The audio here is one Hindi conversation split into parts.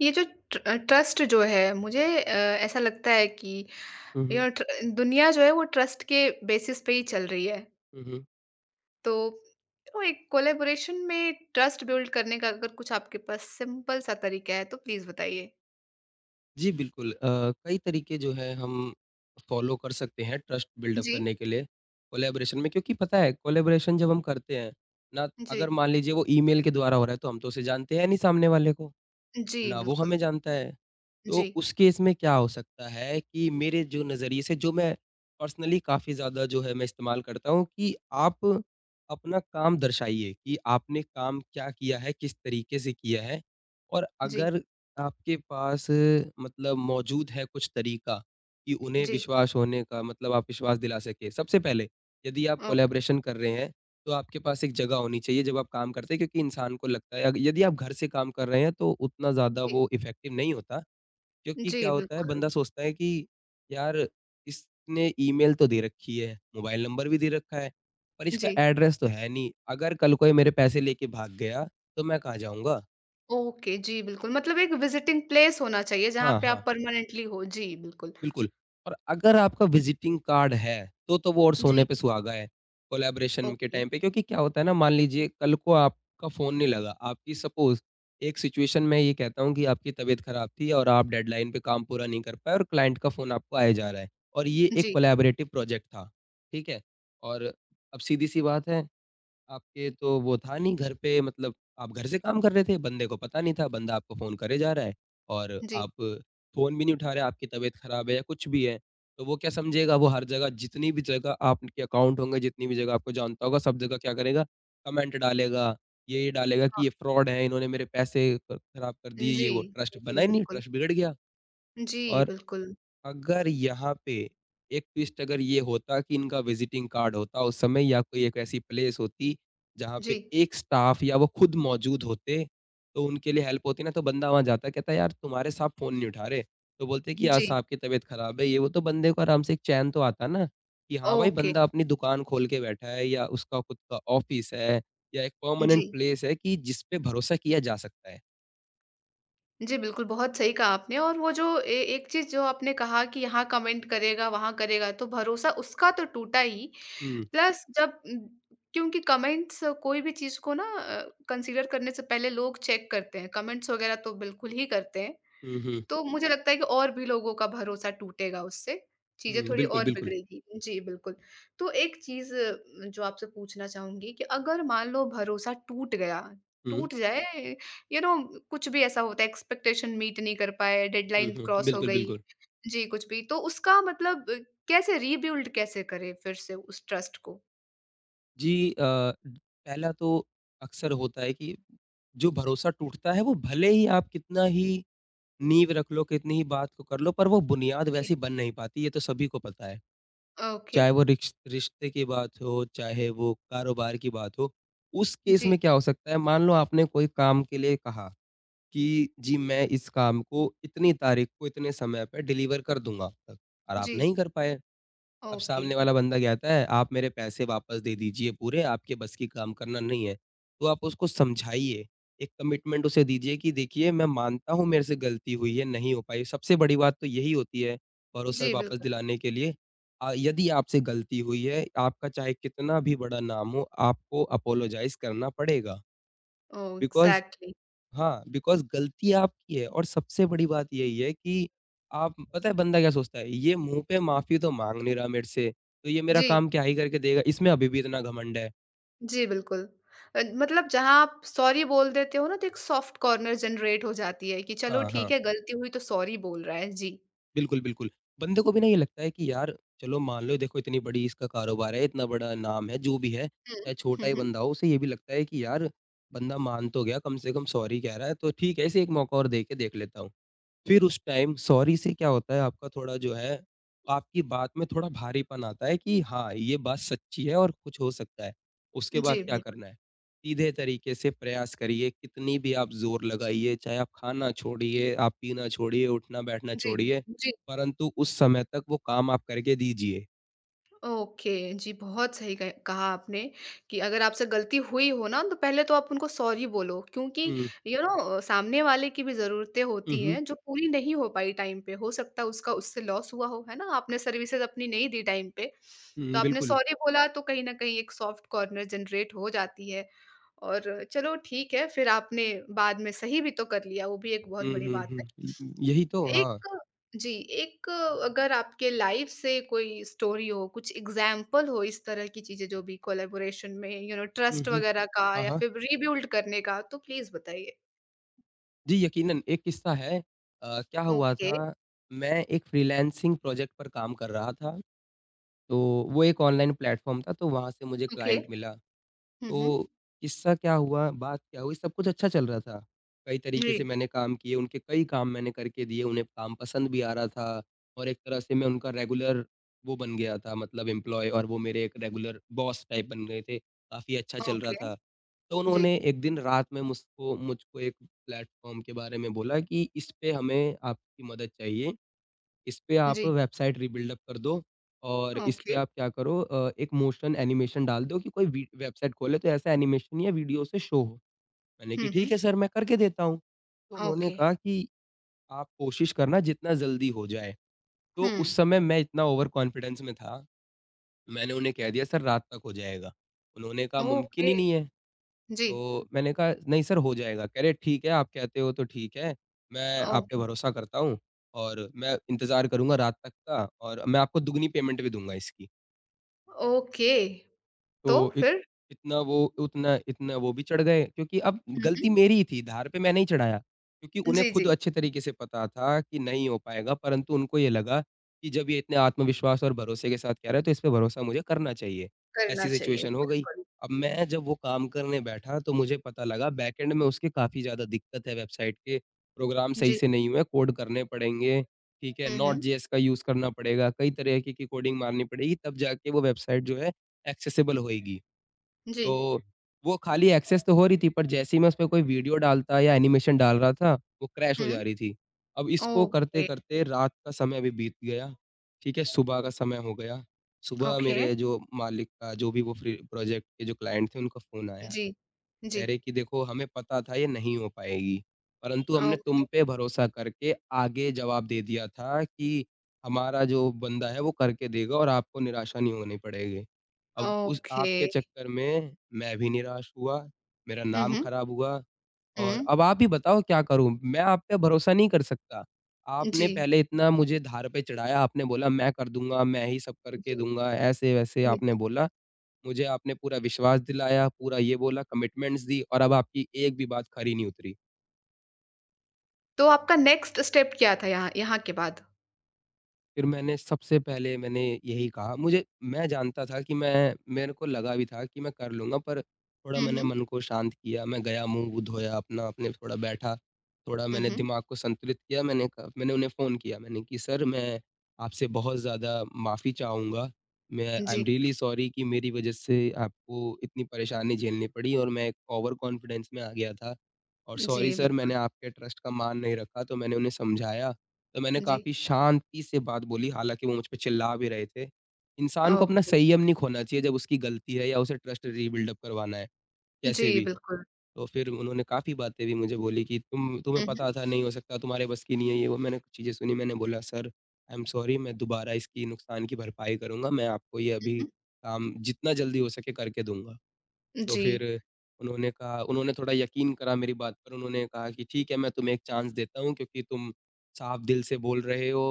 ये जो ट्रस्ट जो है, मुझे ऐसा लगता है कि हुँ, हुँ। यह ट्र दुनिया जो है वो ट्रस्ट के बेसिस पे ही चल रही है। हुँ, हुँ। तो तो एक कोलैबोरेशन में ट्रस्ट बिल्ड करने का अगर कुछ आपके पास सिंपल सा तरीका है तो प्लीज़ बताइए? जी, बिल्कुल कई तरीके जो हैं हम फ़ॉलो कर सकते हैं ट्रस्ट बिल्डअप जी, करने के लिए कोलैबोरेशन में क्योंकि पता है कोलैबोरेशन जब हम करते हैं ना, जी। अगर मान लीजिए वो ईमेल के द्वारा हो रहा है तो हम तो उसे जानते हैं नहीं सामने वाले को। जी, ना वो हमें बिल्कुल। जानता है। जी, तो उस केस में क्या हो सकता है कि मेरे जो नज़रिए से जो मैं पर्सनली काफ़ी ज़्यादा जो है मैं इस्तेमाल करता हूँ कि आप अपना काम दर्शाइए कि आपने काम क्या किया है, किस तरीके से किया है और जी, अगर आपके पास मतलब मौजूद है कुछ तरीका कि उन्हें जी। विश्वास होने का मतलब आप विश्वास दिला सकें। सबसे पहले यदि आप ओक कोलैबोरेशन कर रहे हैं तो आपके पास एक जगह होनी चाहिए जब आप काम करते हैं क्योंकि इंसान को लगता है अग यदि आप घर से काम कर रहे हैं तो उतना ज़्यादा जी, वो इफ़ेक्टिव नहीं होता क्योंकि क्या जी, होता है बिल्कुल। बंदा सोचता है कि यार इसने ईमेल तो दे रखी है, मोबाइल नंबर भी दे रखा है, पर इसका जी। एड्रेस तो है नहीं, अगर कल कोई मेरे पैसे लेके भाग गया तो मैं कहाँ जाऊँगा? ओके, जी, बिल्कुल। मतलब एक विज़िटिंग प्लेस होना चाहिए जहाँ हाँ, पे आप हाँ। परमानेंटली हो। जी, बिल्कुल। बिल्कुल और अगर आपका विज़िटिंग कार्ड है, तो वो और सोने जी, पे सुहागा है, कोलैबोरेशन के ओके। टाइम पे क्योंकि क्या होता है ना मान लीजिए कल को आपका फ़ोन नहीं लगा, आपकी सपोज़ एक सिचुएशन मैं ये कहता हूँ कि आपकी तबीयत ख़राब थी और आप डेडलाइन पे काम पूरा नहीं कर पाए और क्लाइंट का फ़ोन आपको आया जा रहा है और ये एक जी, कोलैबोरेटिव प्रोजेक्ट था, ठीक है? और अब सीधी-सी बात है आपके तो वो था नहीं घर पे मतलब आप घर से काम कर रहे थे, बंदे को पता नहीं था, बंदा आपको फ़ोन करे जा रहा है और जी। आप फ़ोन भी नहीं उठा रहे, आपकी तबीयत खराब है या कुछ भी है, तो वो क्या समझेगा वो हर जगह जितनी भी जगह आपके अकाउंट होंगे, जितनी भी जगह आपको जानता होगा, सब जगह क्या करेगा कमेंट डालेगा, ये डालेगा कि ये फ्रॉड है, इन्होंने मेरे पैसे ख खराब कर दिए, जी, ये वो। ट्रस्ट बना जी, ही नहीं, बिल्कुल। ट्रस्ट बिगड़ गया जी, और बिल्कुल। अगर यहाँ पे एक ट्विस्ट अगर ये होता कि इनका विज़िटिंग कार्ड होता उस समय या कोई एक ऐसी प्लेस होती, जहाँ पे जी, एक स्टाफ़ या वो खुद मौजूद होते, तो उनके लिए हेल्प होती ना तो बंदा वहाँ जाता कहता यार तुम्हारे साहब फ़ोन नहीं उठा रहे, तो बोलते कि यार जी, साहब की तबीयत ख़राब है ये वो तो बंदे को आराम से एक चैन तो आता ना, कि हाँ भाई ओके। बंदा अपनी दुकान खोल के बैठा है या उसका खुद का ऑफ़िस है या एक परमानेंट जी, प्लेस है कि जिस पे भरोसा किया जा सकता है। जी, बिल्कुल, बहुत सही कहा आपने और वो जो ए एक चीज़ जो आपने कहा कि यहाँ कमेंट करेगा, वहाँ करेगा, तो भरोसा उसका तो टूटा ही, हुँ, प्लस जब क्योंकि कमेंट्स कोई भी चीज़ को ना कंसीडर करने से पहले लोग चेक करते हैं, कमेंट्स वगैरह तो बिल्कुल ही करते हैं। हुँ, हुँ, तो मुझे लगता है कि और भी लोगों का भरोसा टूटेगा उससे, चीज़ें हुँ, थोड़ी बिल्कुल, और बिल्कुल। बिगड़ेगी। जी, बिल्कुल। तो एक चीज़ जो आपसे पूछना चाहूँगी कि अगर मान लो भरोसा टूट गया, हुँ, टूट जाए यू नो कुछ भी ऐसा होता है एक्सपेक्टेशन मीट नहीं कर पाए, हुँ, डेडलाइन हुँ, क्रॉस हो बिल्कुल, गई बिल्कुल। जी, कुछ भी। तो उसका मतलब कैसे करें फिर से उस ट्रस्ट को? जी पहला तो अक्सर होता है कि जो भरोसा टूटता है वो भले ही आप कितना ही नींव रख लो, कितनी ही बात को कर लो पर वो बुनियाद जी। वैसी बन नहीं पाती, ये तो सभी को पता है। ओके। चाहे वो रिक्श रिश्ते की बात हो, चाहे वो कारोबार की बात हो। उस केस जी, में क्या हो सकता है मान लो आपने कोई काम के लिए कहा कि जी मैं इस काम को इतनी तारीख को इतने समय पे डिलीवर कर दूँगा अब, और आप जी। नहीं कर पाए। अब ओके। सामने वाला बंदा कहता है, "आप मेरे पैसे वापस दे दीजिए पूरे, आपके बस की काम करना नहीं है।" तो आप उसको समझाइए, एक कमिटमेंट उसे दीजिए कि देखिए मैं मानता हूँ मेरे से गलती हुई है, नहीं हो पाई। सबसे बड़ी बात तो यही होती है भरोसा जी, वापस बिल्कुल। दिलाने के लिए यदि आपसे गलती हुई है, आपका चाहे कितना भी बड़ा नाम हो, आपको अपोलोजाइज़ करना पड़ेगा। ओह! Because exactly. हाँ, बिकॉज़ गलती आपकी है और सबसे बड़ी बात यही है कि आप पता है बंदा क्या सोचता है, ये मुँह पे माफ़ी तो माँग नहीं रहा मेरे से, तो ये मेरा जी। काम क्या ही करके देगा, इसमें अभी भी इतना घमंड है। जी, बिल्कुल। मतलब जहाँ आप सॉरी बोल देते हो ना तो एक सॉफ्ट कॉर्नर जनरेट हो जाती है कि चलो हाँ, ठीक हाँ, है, गलती हुई तो सॉरी बोल रहा है। जी। बिल्कुल, बिल्कुल। बंदे को भी ना ये लगता है कि यार चलो मान लो देखो इतनी बड़ी इसका कारोबार है, इतना बड़ा नाम है, जो भी है, हुँ। चाहे छोटा हुँ, ही हुँ। बंदा हो, उसे ये भी लगता है कि यार बंदा मान तो गया, कम से कम सॉरी कह रहा है, तो ठीक है इसे एक मौका और दे के देख लेता हूँ। फिर उस टाइम सॉरी से क्या होता है आपका थोड़ा जो है, आपकी बात में थोड़ा भारीपन आता है कि हाँ, ये बात सच्ची है और कुछ हो सकता है। उसके बाद जी, क्या बिल्कुल। करना है? सीधे तरीके से प्रयास करिए, कितनी भी आप ज़ोर लगाइए, चाहे आप खाना छोड़िए, आप पीना छोड़िए, उठना-बैठना जी, छोड़िए, जी। परंतु उस समय तक वो काम आप करके दीजिए। ओके, जी, बहुत सही कह कहा आपने कि अगर आपसे गलती हुई हो ना, तो पहले तो आप उनको सॉरी बोलो क्योंकि हुँ, यू नो सामने वाले की भी ज़रूरतें हुँ, होती हुँ, हैं, जो पूरी नहीं हो पाई टाइम पे। हो सकता है उसका उससे लॉस हुआ हो, है ना? आपने सर्विसेज़ अपनी नहीं दी टाइम पे, तो हुँ, आपने बिल्कुल। सॉरी बोला तो कहीं न कहीं एक सॉफ्ट कॉर्नर जनरेट हो जाती है। और चलो ठीक है, फिर आपने बाद में सही भी तो कर लिया, वो भी एक बहुत हुँ, बड़ी हुँ, बात है। हुँ, यही तो, हाँ। एक जी, अगर आपके लाइफ़ से कोई स्टोरी हो, कुछ एग्ज़ाम्पल हो इस तरह की चीज़ें जो भी कोलैबोरेशन में यू नो हुँ, ट्रस्ट हुँ। वग़ैरह का हाँ, या हाँ। फिर रीबिल्ड करने का तो प्लीज़ बताइए? जी, यकीनन एक किस्सा है। क्या हुआ ओके, था मैं एक फ्रीलांसिंग प्रोजेक्ट पर काम कर रहा था, तो वो एक ऑनलाइन प्लेटफ़ॉर्म था तो वहाँ से मुझे ओके। क्लाइंट मिला। हुँ, तो हुँ। किस्सा क्या हुआ, बात क्या हुई, सब कुछ अच्छा चल रहा था। कई तरीके जी, से मैंने काम किए, उनके कई काम मैंने करके दिए, उन्हें काम पसंद भी आ रहा था और एक तरह से मैं उनका रेगुलर वो बन गया था मतलब एम्प्लॉयी और वो मेरे एक रेगुलर बॉस टाइप बन गए थे। काफ़ी अच्छा चल रहा ओके। था। तो जी, उन्होंने एक दिन रात में मुझको मुझको एक प्लेटफ़ॉर्म के बारे में बोला कि इस पे हमें आपकी मदद चाहिए। इस पे आप जी, वेबसाइट रीबिल्ड अप कर दो और इस पे ओके। आप क्या करो एक मोशन एनिमेशन डाल दो कि कोई वी वेबसाइट खोले तो ऐसा एनिमेशन या वीडियो से शो हो। मैंने कि हुँ, ठीक हुँ। है सर मैं करके देता हूँ। तो उन्होंने ओके। कहा कि आप कोशिश करना जितना जल्दी हो जाए। हुँ। तो उस समय मैं इतना ओवर कॉन्फिडेंस में था, मैंने उन्हें कह दिया सर रात तक हो जाएगा। उन्होंने कहा मुमकिन ओके। ही नहीं है। जी, तो मैंने कहा, "नहीं सर, हो जाएगा।" कह रहे, "ठीक है, आप कहते हो तो ठीक है। मैं आप पे ओके। भरोसा करता हूँ और मैं इंतज़ार करूँगा रात तक का और मैं आपको दुगनी पेमेंट भी दूँगा इसकी।" ओके, तो तो इत फिर? इतना वो उतना इतना वो भी चढ़ गए क्योंकि अब हुँ, हुँ। गलती मेरी ही थी, धार पे मैं नहीं चढ़ाया, क्योंकि उन्हें जी, खुद जी, अच्छे तरीके से पता था कि नहीं हो पाएगा, परंतु उनको ये लगा कि जब ये इतने आत्मविश्वास और भरोसे के साथ कह रहा है, तो इस पे भरोसा मुझे करना चाहिए। करना ऐसी चाहिए, सिचुएशन हो गई। बिल्कुल। अब मैं जब वो काम करने बैठा, तो मुझे पता लगा बैकएंड में उसके काफ़ी ज़्यादा दिक्कत है वेबसाइट के, प्रोग्राम सही जी। से नहीं हुए, कोड करने पड़ेंगे, ठीक है? हुँ, नोट हुँ। JS का यूज़ करना पड़ेगा, कई तरीके की कोडिंग मारनी पड़ेगी, तब जाके वो वेबसाइट जो है एक्सेसिबल होएगी। जी। तो वो खाली एक्सेस तो हो रही थी पर जैसे ही मैं उसपे कोई वीडियो डालता या एनिमेशन डाल रहा था, वो क्रैश हो हुँ। जा रही थी। अब इसको ओके, करते-करते रात का समय भी बीत गया, ठीक है? सुबह का समय हो गया। सुबह ओके। मेरे जो मालिक का जो भी वो फ्री प्रोजेक्ट के जो क्लाइंट थे उनका फ़ोन आया। जी, जी। कह रहे कि देखो हमें पता था ये नहीं हो पाएगी, परंतु हमने तुम ओके, पे भरोसा करके आगे जवाब दे दिया था कि हमारा जो बंदा है वो करके देगा और आपको निराशा नहीं होनी पड़ेगी। अब उस ओके। आपके चक्कर में मैं भी निराश हुआ, मेरा हुँ, नाम हुँ। खराब हुआ हुँ। और अब आप ही बताओ क्या करूँ? मैं आप पे भरोसा नहीं कर सकता। आपने जी, पहले इतना मुझे धार पे चढ़ाया, आपने बोला मैं कर दूँगा, मैं ही सब करके जी, दूँगा, ऐसे-वैसे जी, आपने जी। बोला, मुझे आपने पूरा विश्वास दिलाया, पूरा ये बोला, कमिटमेंट्स दी, और अब आपकी एक भी बात खरी नहीं उतरी। तो आपका नेक्स्ट स्टेप क्या था यहाँ यहाँ के बाद? फिर मैंने सबसे पहले मैंने यही कहा। मुझे मैं जानता था कि मैं मेरे को लगा भी था कि मैं कर लूँगा, पर थोड़ा हुँ, मैंने हुँ। मन को शांत किया, मैं गया, मुँह-वुँह धोया अपना, अपने थोड़ा बैठा, थोड़ा हुँ, मैंने हुँ। दिमाग को संतुलित किया। मैंने उन्हें फ़ोन किया, मैंने कि सर, मैं आपसे बहुत ज़्यादा माफ़ी चाहूँगा, मैं आई एम जी, रियली सॉरी कि मेरी वज़ह से आपको इतनी परेशानी झेलनी पड़ी, और मैं ओवर कॉन्फिडेंस में आ गया था। और सॉरी जी, सर, मैंने बिल्कुल। आपके ट्रस्ट का मान नहीं रखा। तो मैंने उन्हें समझाया। तो मैंने जी, काफ़ी शांति से बात बोली, हालाँकि वो मुझ पे चिल्ला भी रहे थे। इंसान को अपना ओके। संयम नहीं खोना चाहिए, जब उसकी गलती है या उसे ट्रस्ट रीबिल्ड अप करवाना है, कैसे जी, भी। बिल्कुल। तो फिर उन्होंने काफ़ी बातें भी मुझे बोली कि तुम्हें हुँ, हुँ, पता था नहीं हो सकता, तुम्हारे बस की नहीं है, ये वो। मैंने कुछ चीज़ें सुनी। मैंने बोला, सर आई एम सॉरी, मैं दोबारा इसकी नुकसान की भरपाई करूँगा, मैं आपको ये हुँ, अभी हुँ। काम जितना जल्दी हो सके करके दूँगा। तो जी, फिर उन्होंने कहा, उन्होंने थोड़ा यकीन करा मेरी बात पर। उन्होंने कहा कि ठीक है, मैं तुम्हें एक चांस देता हूँ, क्योंकि तुम साफ दिल से बोल रहे हो,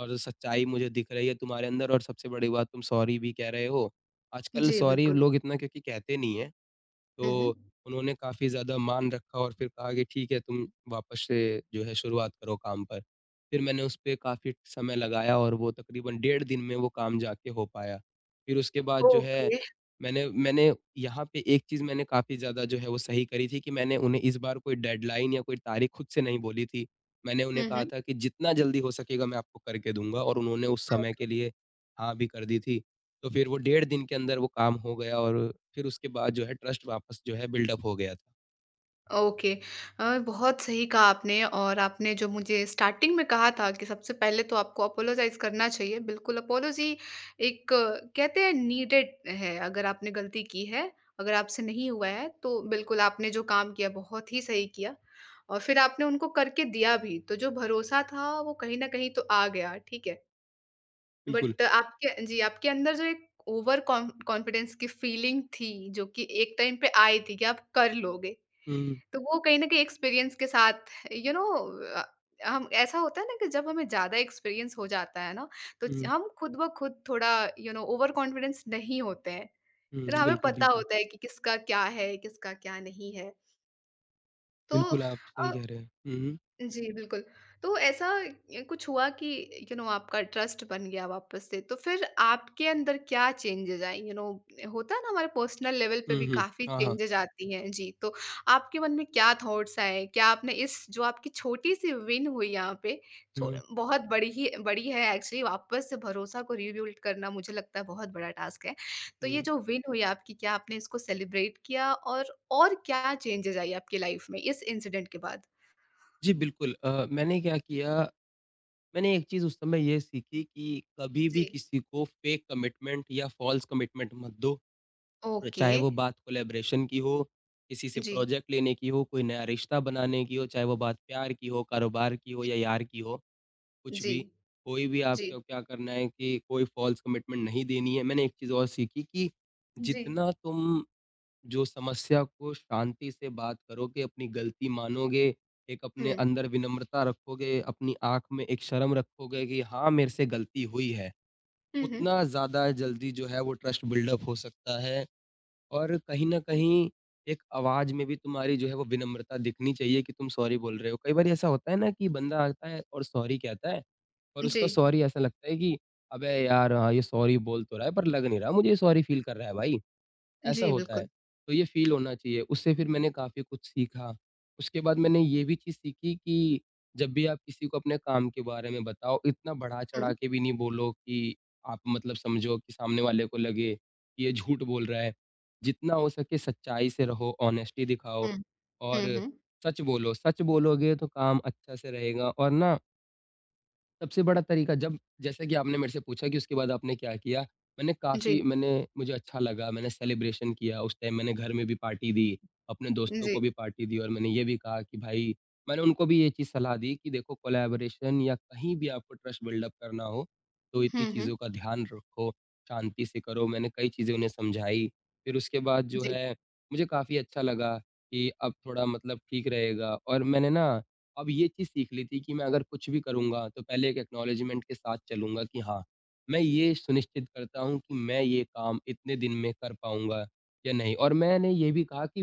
और सच्चाई मुझे दिख रही है तुम्हारे अंदर, और सबसे बड़ी बात, तुम सॉरी भी कह रहे हो। आजकल जी, सॉरी बिल्कुल। लोग इतना क्योंकि कहते नहीं हैं। हुँ, हुँ। तो उन्होंने काफ़ी ज़्यादा मान रखा, और फिर कहा कि ठीक है, तुम वापस से जो है शुरुआत करो काम पर। फिर मैंने उस पे काफ़ी समय लगाया, और वो तकरीबन डेढ़ दिन में वो काम जाके हो पाया। फिर उसके बाद जो है, ओके। मैंने मैंने यहाँ पे एक चीज़ मैंने काफ़ी ज़्यादा जो है वो सही करी थी कि मैंने उन्हें इस बार कोई डेडलाइन या कोई तारीख खुद से नहीं बोली थी। मैंने उन्हें हुँ, कहा हुँ। था कि जितना जल्दी हो सकेगा मैं आपको करके दूँगा, और उन्होंने उस समय ओके। के लिए हाँ भी कर दी थी। तो फिर वो डेढ़ दिन के अंदर वो काम हो गया, और फिर उसके बाद जो है, ट्रस्ट वापस जो है बिल्डअप हो गया था। ओके बहुत सही कहा आपने और आपने जो मुझे स्टार्टिंग में कहा था कि सबसे पहले तो आपको अपोलोजाइज़ करना चाहिए। बिल्कुल अपोलॉजी एक कहते हैं नीडेड है अगर आपने गलती की है, अगर आपसे नहीं हुआ है तो बिल्कुल आपने जो काम किया बहुत ही सही किया। और फिर आपने उनको करके दिया भी, तो जो भरोसा था वो कहीं न कहीं तो आ गया, ठीक है। बिल्कुल। बट आपके जी, आपके अंदर जो एक ओवर कॉन्फिडेंस की फीलिंग थी जो कि एक टाइम पे आई थी कि आप कर लोगे। हुँ, तो वो कहीं न कहीं एक्सपीरियंस के साथ यू नो अ, हम ऐसा होता है ना कि जब हमें ज़्यादा एक्सपीरियंस हो जाता है ना, तो च हुँ, हम खुद ब खुद थोड़ा यू नो ओवर कॉन्फिडेंस नहीं होते हैं। हुँ, फिर हमें बिल्कुल, पता बिल्कुल। होता है कि किसका क्या है, किसका क्या नहीं है। तो बिल्कुल, आप सही अ कह रहे हैं। हुँ, हुँ। जी, बिल्कुल। तो ऐसा कुछ हुआ कि यू नो आपका ट्रस्ट बन गया वापस से, तो फिर आपके अंदर क्या चेंजेज़ आए? यू नो होता है ना हमारे पर्सनल लेवल पे हुँ, भी हुँ। काफ़ी हाँ, हाँ। चेंजेज़ आती हैं। जी, तो आपके मन में क्या थॉट्स आए? क्या आपने इस जो आपकी छोटी-सी विन हुई यहाँ पे, छो हुँ, बहुत बड़ी ही बड़ी है एक्चुअली वापस से भरोसा को रिबिल्ड करना मुझे लगता है बहुत बड़ा टास्क है। तो हुँ। ये जो विन हुई आपकी, क्या आपने इसको सेलिब्रेट किया और क्या चेंजेज़ आई आपकी लाइफ़ में इस इंसिडेंट के बाद? जी, बिल्कुल। मैंने क्या किया, मैंने एक चीज़ उस समय ये सीखी कि कभी भी जी। किसी को फेक कमिटमेंट या फ़ॉल्स कमिटमेंट मत दो। ओके। चाहे वो बात कोलैबोरेशन की हो, किसी से जी, प्रोजेक्ट लेने की हो, कोई नया रिश्ता बनाने की हो, चाहे वो बात प्यार की हो, कारोबार की हो जी, या यार की हो। कुछ जी, भी, कोई भी, जी, आपको क्या करना है कि कोई फ़ॉल्स कमिटमेंट नहीं देनी है। मैंने एक चीज़ और सीखी कि जी। जितना तुम जो समस्या को शांति से बात करोगे, अपनी गलती मानोगे, एक अपने हुँ, अंदर विनम्रता रखोगे, अपनी आँख में एक शर्म रखोगे कि हाँ, मेरे से गलती हुई है, हुँ, हुँ। उतना ज़्यादा जल्दी जो है वो ट्रस्ट बिल्डअप हो सकता है। और कहीं न कहीं एक आवाज़ में भी तुम्हारी जो है वो विनम्रता दिखनी चाहिए कि तुम सॉरी बोल रहे हो। कई बारी ऐसा होता है ना, कि बंदा आता है और सॉरी कहता है, और जी, उसका सॉरी ऐसा लगता है कि, "अबे यार! हाँ, ये सॉरी बोल तो रहा है, पर लग नहीं रहा मुझे ये सॉरी फ़ील कर रहा है भाई।" ऐसा जी, होता है। बिल्कुल। तो ये फ़ील होना चाहिए। उससे फिर मैंने काफ़ी कुछ सीखा। उसके बाद मैंने ये भी चीज़ सीखी कि जब भी आप किसी को अपने काम के बारे में बताओ, इतना बढ़ा-चढ़ा हुँ, के भी नहीं बोलो कि आप, मतलब, समझो कि सामने वाले को लगे कि ये झूठ बोल रहा है। जितना हो सके सच्चाई से रहो, ऑनेस्टी दिखाओ हुँ, और हुँ, हुँ। सच बोलो। सच बोलोगे तो काम अच्छा से रहेगा, और ना सबसे बड़ा तरीका जब, जैसे कि आपने मेरे से पूछा कि उसके बाद आपने क्या किया? मैंने काफ़ी जी, मैंने मुझे अच्छा लगा, मैंने सेलिब्रेशन किया, उस टाइम मैंने घर में भी पार्टी दी, अपने दोस्तों को जी। भी पार्टी दी, और मैंने ये भी कहा कि भाई, मैंने उनको भी ये चीज़ सलाह दी कि देखो, कोलैबोरेशन या कहीं भी आपको ट्रस्ट बिल्ड अप करना हो, तो इतनी हुँ, हुँ। चीज़ों का ध्यान रखो, शांति से करो। मैंने कई चीज़ें उन्हें समझाई। फिर उसके बाद जो जी, है, मुझे काफ़ी अच्छा लगा कि अब थोड़ा मतलब ठीक रहेगा, और मैंने ना अब ये चीज़ सीख ली थी कि मैं अगर कुछ भी करूँगा, तो पहले एक एक्नॉलेजमेंट के साथ चलूँगा कि हाँ, मैं ये सुनिश्चित करता हूँ कि मैं ये काम इतने दिन में कर पाऊँगा या नहीं। और मैंने ये भी कहा कि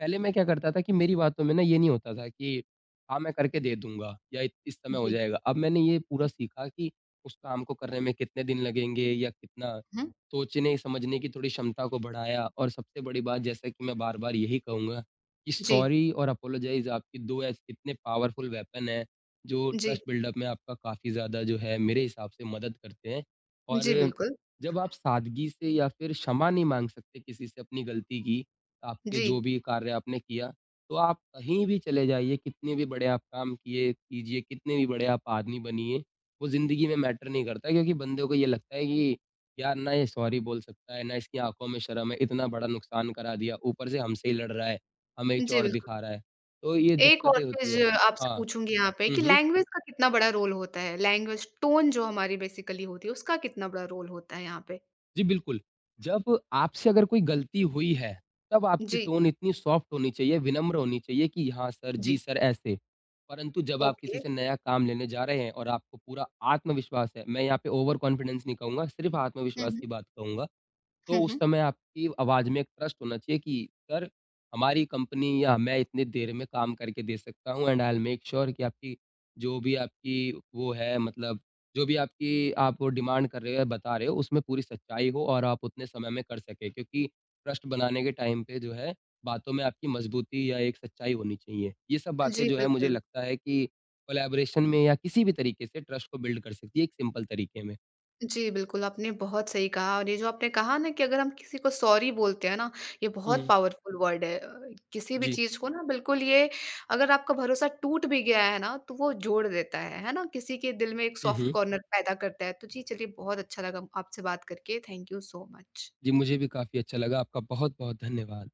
पहले मैं क्या करता था कि मेरी बातों में ना ये नहीं होता था कि हाँ, मैं करके दे दूँगा या इत इस समय हो जी, जाएगा। अब मैंने ये पूरा सीखा कि उस काम को करने में कितने दिन लगेंगे या कितना हुँ। सोचने, समझने की थोड़ी क्षमता को बढ़ाया। और सबसे बड़ी बात, जैसा कि मैं बार-बार यही कहूँगा, कि जी, सॉरी और अपॉलोजाइज़ आपकी 2 ऐस इतने पावरफुल वेपन हैं, जो जी, ट्रस्ट बिल्डअप में आपका काफ़ी ज़्यादा जो है मेरे हिसाब से मदद करते हैं। और जी, बिल्कुल। जब आप सादगी से या फिर क्षमा नहीं माँग सकते किसी से अपनी गलती की, आपके जो जी, भी कार्य आपने किया, तो आप कहीं भी चले जाइए, कितने भी बड़े आप काम किए कीजिए, कितने भी बड़े आप आदमी बनिए, वो ज़िंदगी में मैटर नहीं करता। क्योंकि बंदे को ये लगता है कि यार, ना ये सॉरी बोल सकता है, ना इसकी आँखों में शर्म है, इतना बड़ा नुकसान करा दिया, ऊपर से हमसे ही लड़ रहा है, हमें जी, चौड़ बिल्कुल। दिखा रहा है। तो ये एक और दिक्कतें होती चीज़ हैं। आपसे हाँ। पूछूँगी यहाँ पे हुँ, कि हुँ। लैंग्वेज का कितना बड़ा रोल होता है? लैंग्वेज टोन जो हमारी बेसिकली होती है, उसका कितना बड़ा रोल होता है यहाँ पे? जी, बिल्कुल। जब आपसे अगर कोई गलती हुई है, तब आपकी जी, टोन इतनी सॉफ्ट होनी चाहिए, विनम्र होनी चाहिए कि हाँ सर, जी जी, सर, ऐसे। परंतु जब आप ओके। किसी से नया काम लेने जा रहे हैं, और आपको पूरा आत्मविश्वास है, मैं यहाँ पे ओवर कॉन्फिडेंस नहीं कहूँगा, सिर्फ़ हुँ, आत्मविश्वास की हुँ। बात कहूँगा। तो हुँ, उस हुँ। समय आपकी आवाज़ में एक ट्रस्ट होना चाहिए कि सर, हमारी कंपनी या मैं इतनी देर में काम करके दे सकता हूँ, and I will make sure कि आपकी, जो भी आपकी, वो है मतलब, जो भी आपकी आप डिमांड कर रहे हो या बता रहे हो, उसमें पूरी सच्चाई हो, और आप उतने समय में कर सकें। क्योंकि ट्रस्ट बनाने के टाइम पे जो है, बातों में आपकी मजबूती या एक सच्चाई होनी चाहिए। ये सब बातें जी, जो है मुझे बिल्कुल। लगता है कि कोलैबोरेशन में या किसी भी तरीके से ट्रस्ट को बिल्ड कर सकती है, एक सिंपल तरीके में। जी, बिल्कुल, आपने बहुत सही कहा और ये जो आपने कहा ना कि अगर हम किसी को सॉरी बोलते हैं ना, ये बहुत हुँ, पावरफुल वर्ड है। किसी भी जी। चीज़ को ना बिल्कुल ये अगर आपका भरोसा टूट भी गया है ना, तो वो जोड़ देता है ना? किसी के दिल में एक हुँ, सॉफ्ट हुँ। कॉर्नर पैदा करता है। तो जी, चलिए बहुत अच्छा लगा आपसे बात करके। Thank you so much. जी, मुझे भी काफ़ी अच्छा लगा। आपका बहुत-बहुत धन्यवाद।